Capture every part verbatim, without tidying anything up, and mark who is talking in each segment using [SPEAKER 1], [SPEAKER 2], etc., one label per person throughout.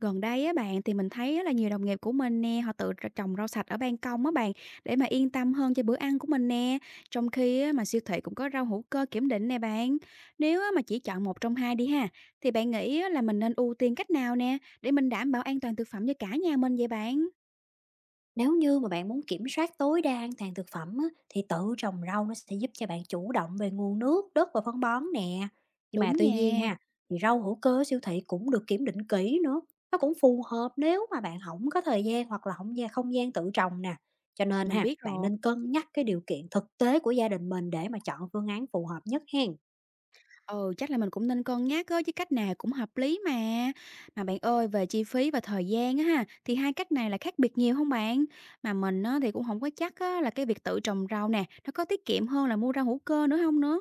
[SPEAKER 1] Gần đây á bạn, thì mình thấy á là nhiều đồng nghiệp của mình nè, họ tự tr trồng rau sạch ở ban công á bạn, để mà yên tâm hơn cho bữa ăn của mình nè. Trong khi á mà siêu thị cũng có rau hữu cơ kiểm định nè bạn. Nếu á mà chỉ chọn một trong hai đi ha, thì bạn nghĩ á là mình nên ưu tiên cách nào nè, để mình đảm bảo an toàn thực phẩm cho cả nhà mình vậy bạn?
[SPEAKER 2] Nếu như mà bạn muốn kiểm soát tối đa an toàn thực phẩm á, thì tự trồng rau nó sẽ giúp cho bạn chủ động về nguồn nước, đất và phân bón nè. Nhưng
[SPEAKER 1] Đúng
[SPEAKER 2] mà tuy nhiên
[SPEAKER 1] nha,
[SPEAKER 2] ha, thì rau hữu cơ ở siêu thị cũng được kiểm định kỹ nữa. Nó cũng phù hợp nếu mà bạn không có thời gian hoặc là không gian không gian tự trồng nè. Cho nên
[SPEAKER 1] mình
[SPEAKER 2] ha,
[SPEAKER 1] biết
[SPEAKER 2] bạn
[SPEAKER 1] rồi.
[SPEAKER 2] nên cân nhắc cái điều kiện thực tế của gia đình mình để mà chọn phương án phù hợp nhất hen.
[SPEAKER 1] Ừ, chắc là mình cũng nên cân nhắc á, chứ cách nào cũng hợp lý mà. Mà bạn ơi, về chi phí và thời gian á ha, thì hai cách này là khác biệt nhiều không bạn? Mà mình á, thì cũng không có chắc á, là cái việc tự trồng rau nè, nó có tiết kiệm hơn là mua rau hữu cơ nữa không nữa?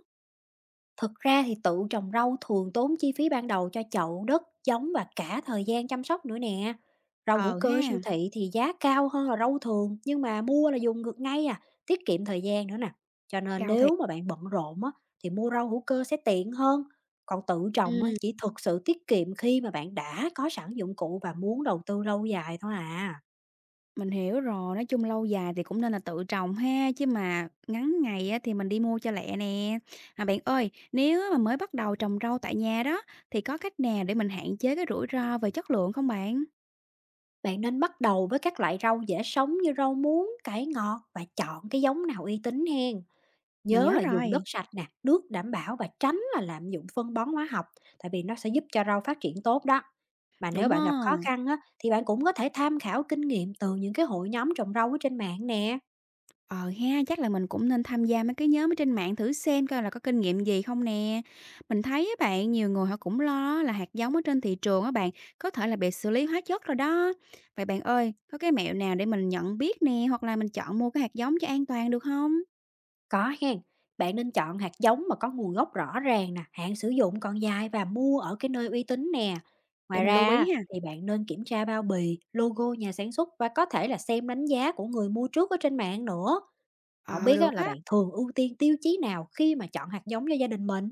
[SPEAKER 2] Thực ra thì tự trồng rau thường tốn chi phí ban đầu cho chậu, đất, giống và cả thời gian chăm sóc nữa nè. Rau hữu
[SPEAKER 1] Ờ
[SPEAKER 2] cơ
[SPEAKER 1] ha,
[SPEAKER 2] siêu thị thì giá cao hơn là rau thường, nhưng mà mua là dùng được ngay à, tiết kiệm thời gian nữa nè. Cho nên
[SPEAKER 1] cao thiệt.
[SPEAKER 2] nếu mà bạn bận rộn á, thì mua rau hữu cơ sẽ tiện hơn. Còn tự trồng á,
[SPEAKER 1] Ừm,
[SPEAKER 2] chỉ thực sự tiết kiệm khi mà bạn đã có sẵn dụng cụ và muốn đầu tư lâu dài thôi à.
[SPEAKER 1] mình hiểu rồi, nói chung lâu dài thì cũng nên là tự trồng ha, chứ mà ngắn ngày á, thì mình đi mua cho lẹ nè. Mà bạn ơi, nếu mà mới bắt đầu trồng rau tại nhà đó, thì có cách nào để mình hạn chế cái rủi ro về chất lượng không bạn?
[SPEAKER 2] Bạn nên bắt đầu với các loại rau dễ sống như rau muống, cải ngọt và chọn cái giống nào uy tín hen.
[SPEAKER 1] Mình
[SPEAKER 2] Nhớ
[SPEAKER 1] nhớ
[SPEAKER 2] là dùng
[SPEAKER 1] rồi.
[SPEAKER 2] đất sạch nè, nước đảm bảo và tránh là lạm dụng phân bón hóa học, tại vì nó sẽ giúp cho rau phát triển tốt đó. Mà nếu
[SPEAKER 1] Đúng á.
[SPEAKER 2] bạn gặp khó khăn á, thì bạn cũng có thể tham khảo kinh nghiệm từ những cái hội nhóm trồng rau ở trên mạng nè.
[SPEAKER 1] Ờ ha, chắc là mình cũng nên tham gia mấy cái nhóm ở trên mạng thử xem coi là có kinh nghiệm gì không nè. Mình thấy á bạn, nhiều người họ cũng lo là hạt giống ở trên thị trường á bạn, có thể là bị xử lý hóa chất rồi đó. Vậy bạn ơi, có cái mẹo nào để mình nhận biết nè, hoặc là mình chọn mua cái hạt giống cho an toàn được không?
[SPEAKER 2] Có hen, bạn nên chọn hạt giống mà có nguồn gốc rõ ràng nè, hạn sử dụng còn dài và mua ở cái nơi uy tín nè.
[SPEAKER 1] Để
[SPEAKER 2] Ngoài
[SPEAKER 1] mình lưu
[SPEAKER 2] ra
[SPEAKER 1] ý ha.
[SPEAKER 2] thì bạn nên kiểm tra bao bì, logo nhà sản xuất và có thể là xem đánh giá của người mua trước ở trên mạng nữa. Không
[SPEAKER 1] Ờ,
[SPEAKER 2] biết á,
[SPEAKER 1] được
[SPEAKER 2] là
[SPEAKER 1] á.
[SPEAKER 2] bạn thường ưu tiên tiêu chí nào khi mà chọn hạt giống cho gia đình mình?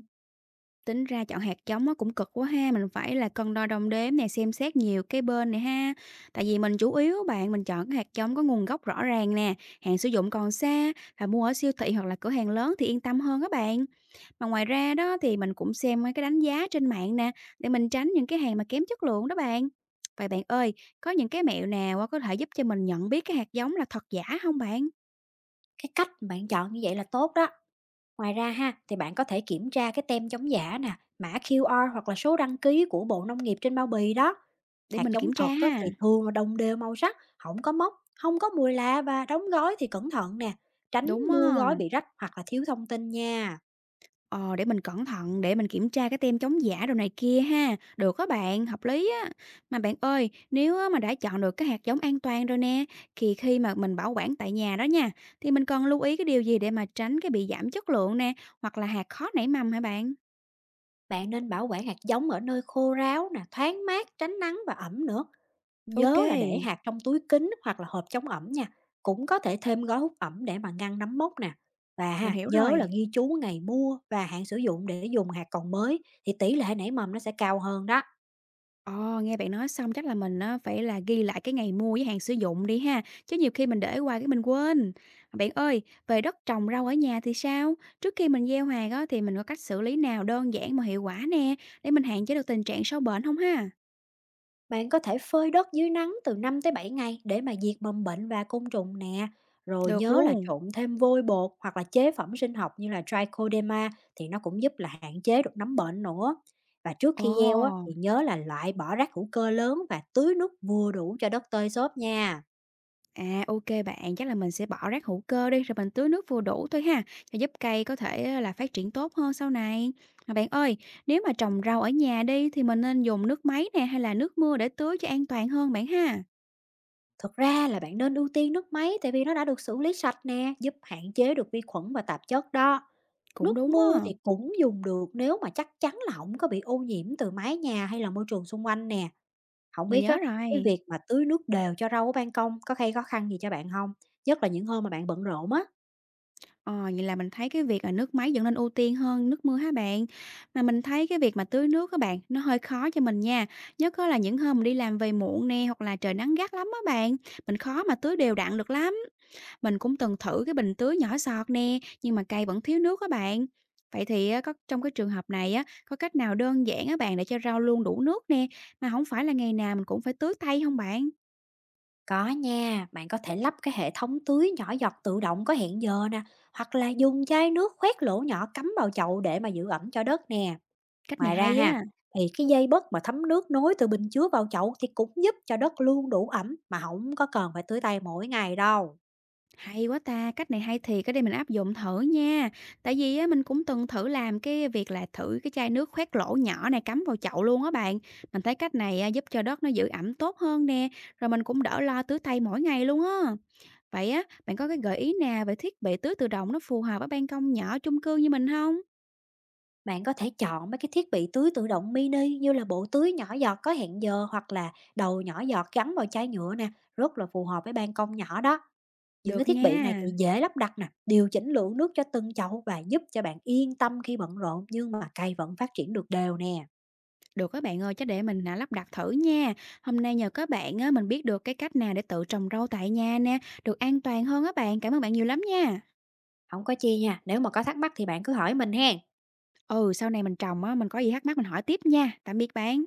[SPEAKER 1] Tính ra chọn hạt giống nó cũng cực quá ha, mình phải là cân đo đong đếm nè, xem xét nhiều cái bên này ha. Tại vì mình chủ yếu bạn, mình chọn cái hạt giống có nguồn gốc rõ ràng nè, hạn sử dụng còn xa và mua ở siêu thị hoặc là cửa hàng lớn thì yên tâm hơn các bạn. Mà ngoài ra đó thì mình cũng xem mấy cái đánh giá trên mạng nè, để mình tránh những cái hàng mà kém chất lượng đó bạn. Vậy bạn ơi, có những cái mẹo nào á có thể giúp cho mình nhận biết cái hạt giống là thật giả không bạn?
[SPEAKER 2] Cái cách mà bạn chọn như vậy là tốt đó. Ngoài ra ha, thì bạn có thể kiểm tra cái tem chống giả nè, mã kiu a rờ hoặc là số đăng ký của Bộ Nông nghiệp trên bao bì đó.
[SPEAKER 1] Để
[SPEAKER 2] Hạt
[SPEAKER 1] mình
[SPEAKER 2] giống
[SPEAKER 1] kiểm tra
[SPEAKER 2] thật á,
[SPEAKER 1] ha.
[SPEAKER 2] thì thường là đồng đều màu sắc, không có mốc, không có mùi lạ và đóng gói thì cẩn thận nè. Tránh
[SPEAKER 1] Đúng
[SPEAKER 2] mua
[SPEAKER 1] á.
[SPEAKER 2] gói bị rách hoặc là thiếu thông tin nha.
[SPEAKER 1] Ờ, để mình cẩn thận, để mình kiểm tra cái tem chống giả đồ này kia ha. Được các bạn, hợp lý á. Mà bạn ơi, nếu á mà đã chọn được cái hạt giống an toàn rồi nè, thì khi mà mình bảo quản tại nhà đó nha, thì mình cần lưu ý cái điều gì để mà tránh cái bị giảm chất lượng nè, hoặc là hạt khó nảy mầm hả bạn?
[SPEAKER 2] Bạn nên bảo quản hạt giống ở nơi khô ráo nè, thoáng mát, tránh nắng và ẩm nữa.
[SPEAKER 1] Ok,
[SPEAKER 2] Nhớ là để hạt trong túi kín hoặc là hộp chống ẩm nha, cũng có thể thêm gói hút ẩm để mà ngăn nấm mốc nè. Và
[SPEAKER 1] mình
[SPEAKER 2] ha,
[SPEAKER 1] hiểu
[SPEAKER 2] nhớ là
[SPEAKER 1] rồi.
[SPEAKER 2] ghi chú ngày mua và hạn sử dụng để dùng hạt còn mới, thì tỷ lệ nảy mầm nó sẽ cao hơn đó.
[SPEAKER 1] Ồ, nghe bạn nói xong chắc là mình á, phải là ghi lại cái ngày mua với hạn sử dụng đi ha, chứ nhiều khi mình để hoài cái mình quên. Bạn ơi, về đất trồng rau ở nhà thì sao? Trước khi mình gieo hạt á, thì mình có cách xử lý nào đơn giản mà hiệu quả nè, để mình hạn chế được tình trạng sâu bệnh không ha?
[SPEAKER 2] Bạn có thể phơi đất dưới nắng từ năm tới bảy ngày để mà diệt mầm bệnh và côn trùng nè. Rồi
[SPEAKER 1] Được
[SPEAKER 2] nhớ là
[SPEAKER 1] luôn.
[SPEAKER 2] trộn thêm vôi bột hoặc là chế phẩm sinh học như là trichoderma, thì nó cũng giúp là hạn chế được nấm bệnh nữa. Và trước
[SPEAKER 1] Ồ.
[SPEAKER 2] khi gieo á, thì nhớ là loại bỏ rác hữu cơ lớn và tưới nước vừa đủ cho đất tơi xốp nha.
[SPEAKER 1] À, ok bạn, chắc là mình sẽ bỏ rác hữu cơ đi, rồi mình tưới nước vừa đủ thôi ha, cho giúp cây có thể, ơ, là phát triển tốt hơn sau này. Mà bạn ơi, nếu mà trồng rau ở nhà đi thì mình nên dùng nước máy nè hay là nước mưa để tưới cho an toàn hơn bạn ha?
[SPEAKER 2] Thực ra là bạn nên ưu tiên nước máy tại vì nó đã được xử lý sạch nè, giúp hạn chế được vi khuẩn và tạp chất đó.
[SPEAKER 1] Cũng
[SPEAKER 2] Nước
[SPEAKER 1] đúng
[SPEAKER 2] mưa
[SPEAKER 1] á,
[SPEAKER 2] thì cũng dùng được nếu mà chắc chắn là không có bị ô nhiễm từ mái nhà hay là môi trường xung quanh nè. Không
[SPEAKER 1] mình
[SPEAKER 2] biết á,
[SPEAKER 1] nhớ
[SPEAKER 2] cái
[SPEAKER 1] rồi.
[SPEAKER 2] việc mà tưới nước đều cho rau ở ban công có gây khó khăn gì cho bạn không? Nhất là những hôm mà bạn bận rộn á.
[SPEAKER 1] Ờ, vậy là mình thấy cái việc là nước máy vẫn nên ưu tiên hơn nước mưa hả bạn? Mà mình thấy cái việc mà tưới nước các bạn, nó hơi khó cho mình nha, nhất á là những hôm mình đi làm về muộn nè, hoặc là trời nắng gắt lắm á bạn, mình khó mà tưới đều đặn được lắm. Mình cũng từng thử cái bình tưới nhỏ giọt nè, nhưng mà cây vẫn thiếu nước á bạn. Vậy thì á, có trong cái trường hợp này á, có cách nào đơn giản á bạn để cho rau luôn đủ nước nè, mà không phải là ngày nào mình cũng phải tưới tay không bạn?
[SPEAKER 2] Có nha, bạn có thể lắp cái hệ thống tưới nhỏ giọt tự động có hẹn giờ nè, hoặc là dùng chai nước khoét lỗ nhỏ cắm vào chậu để mà giữ ẩm cho đất nè.
[SPEAKER 1] Cách này
[SPEAKER 2] Ngoài ra
[SPEAKER 1] hay
[SPEAKER 2] ha,
[SPEAKER 1] á,
[SPEAKER 2] thì cái dây bớt mà thấm nước nối từ bình chứa vào chậu thì cũng giúp cho đất luôn đủ ẩm mà không có cần phải tưới tay mỗi ngày đâu.
[SPEAKER 1] hay quá ta, cách này hay thiệt, cái đây mình áp dụng thử nha. Tại vì á, mình cũng từng thử làm cái việc là thử cái chai nước khoét lỗ nhỏ này cắm vào chậu luôn á bạn. Mình thấy cách này á, giúp cho đất nó giữ ẩm tốt hơn nè, rồi mình cũng đỡ lo tưới tay mỗi ngày luôn á. Vậy á, bạn có cái gợi ý nào về thiết bị tưới tự động nó phù hợp ở ban công nhỏ chung cư như mình không?
[SPEAKER 2] Bạn có thể chọn mấy cái thiết bị tưới tự động mini như là bộ tưới nhỏ giọt có hẹn giờ hoặc là đầu nhỏ giọt gắn vào chai nhựa nè, rất là phù hợp với ban công nhỏ đó. Những cái
[SPEAKER 1] Được
[SPEAKER 2] thiết bị này
[SPEAKER 1] nha,
[SPEAKER 2] thì dễ lắp đặt nè, điều chỉnh lượng nước cho từng chậu và giúp cho bạn yên tâm khi bận rộn nhưng mà cây vẫn phát triển được đều nè.
[SPEAKER 1] được các bạn ơi, chắc để mình, à, lắp đặt thử nha. Hôm nay nhờ các bạn á, mình biết được cái cách nào để tự trồng rau tại nhà nè, được an toàn hơn á bạn. Cảm ơn bạn nhiều lắm nha.
[SPEAKER 2] Không có chi nha, nếu mà có thắc mắc thì bạn cứ hỏi mình hen.
[SPEAKER 1] Ừ, sau này mình trồng á, mình có gì thắc mắc mình hỏi tiếp nha. Tạm biệt bạn.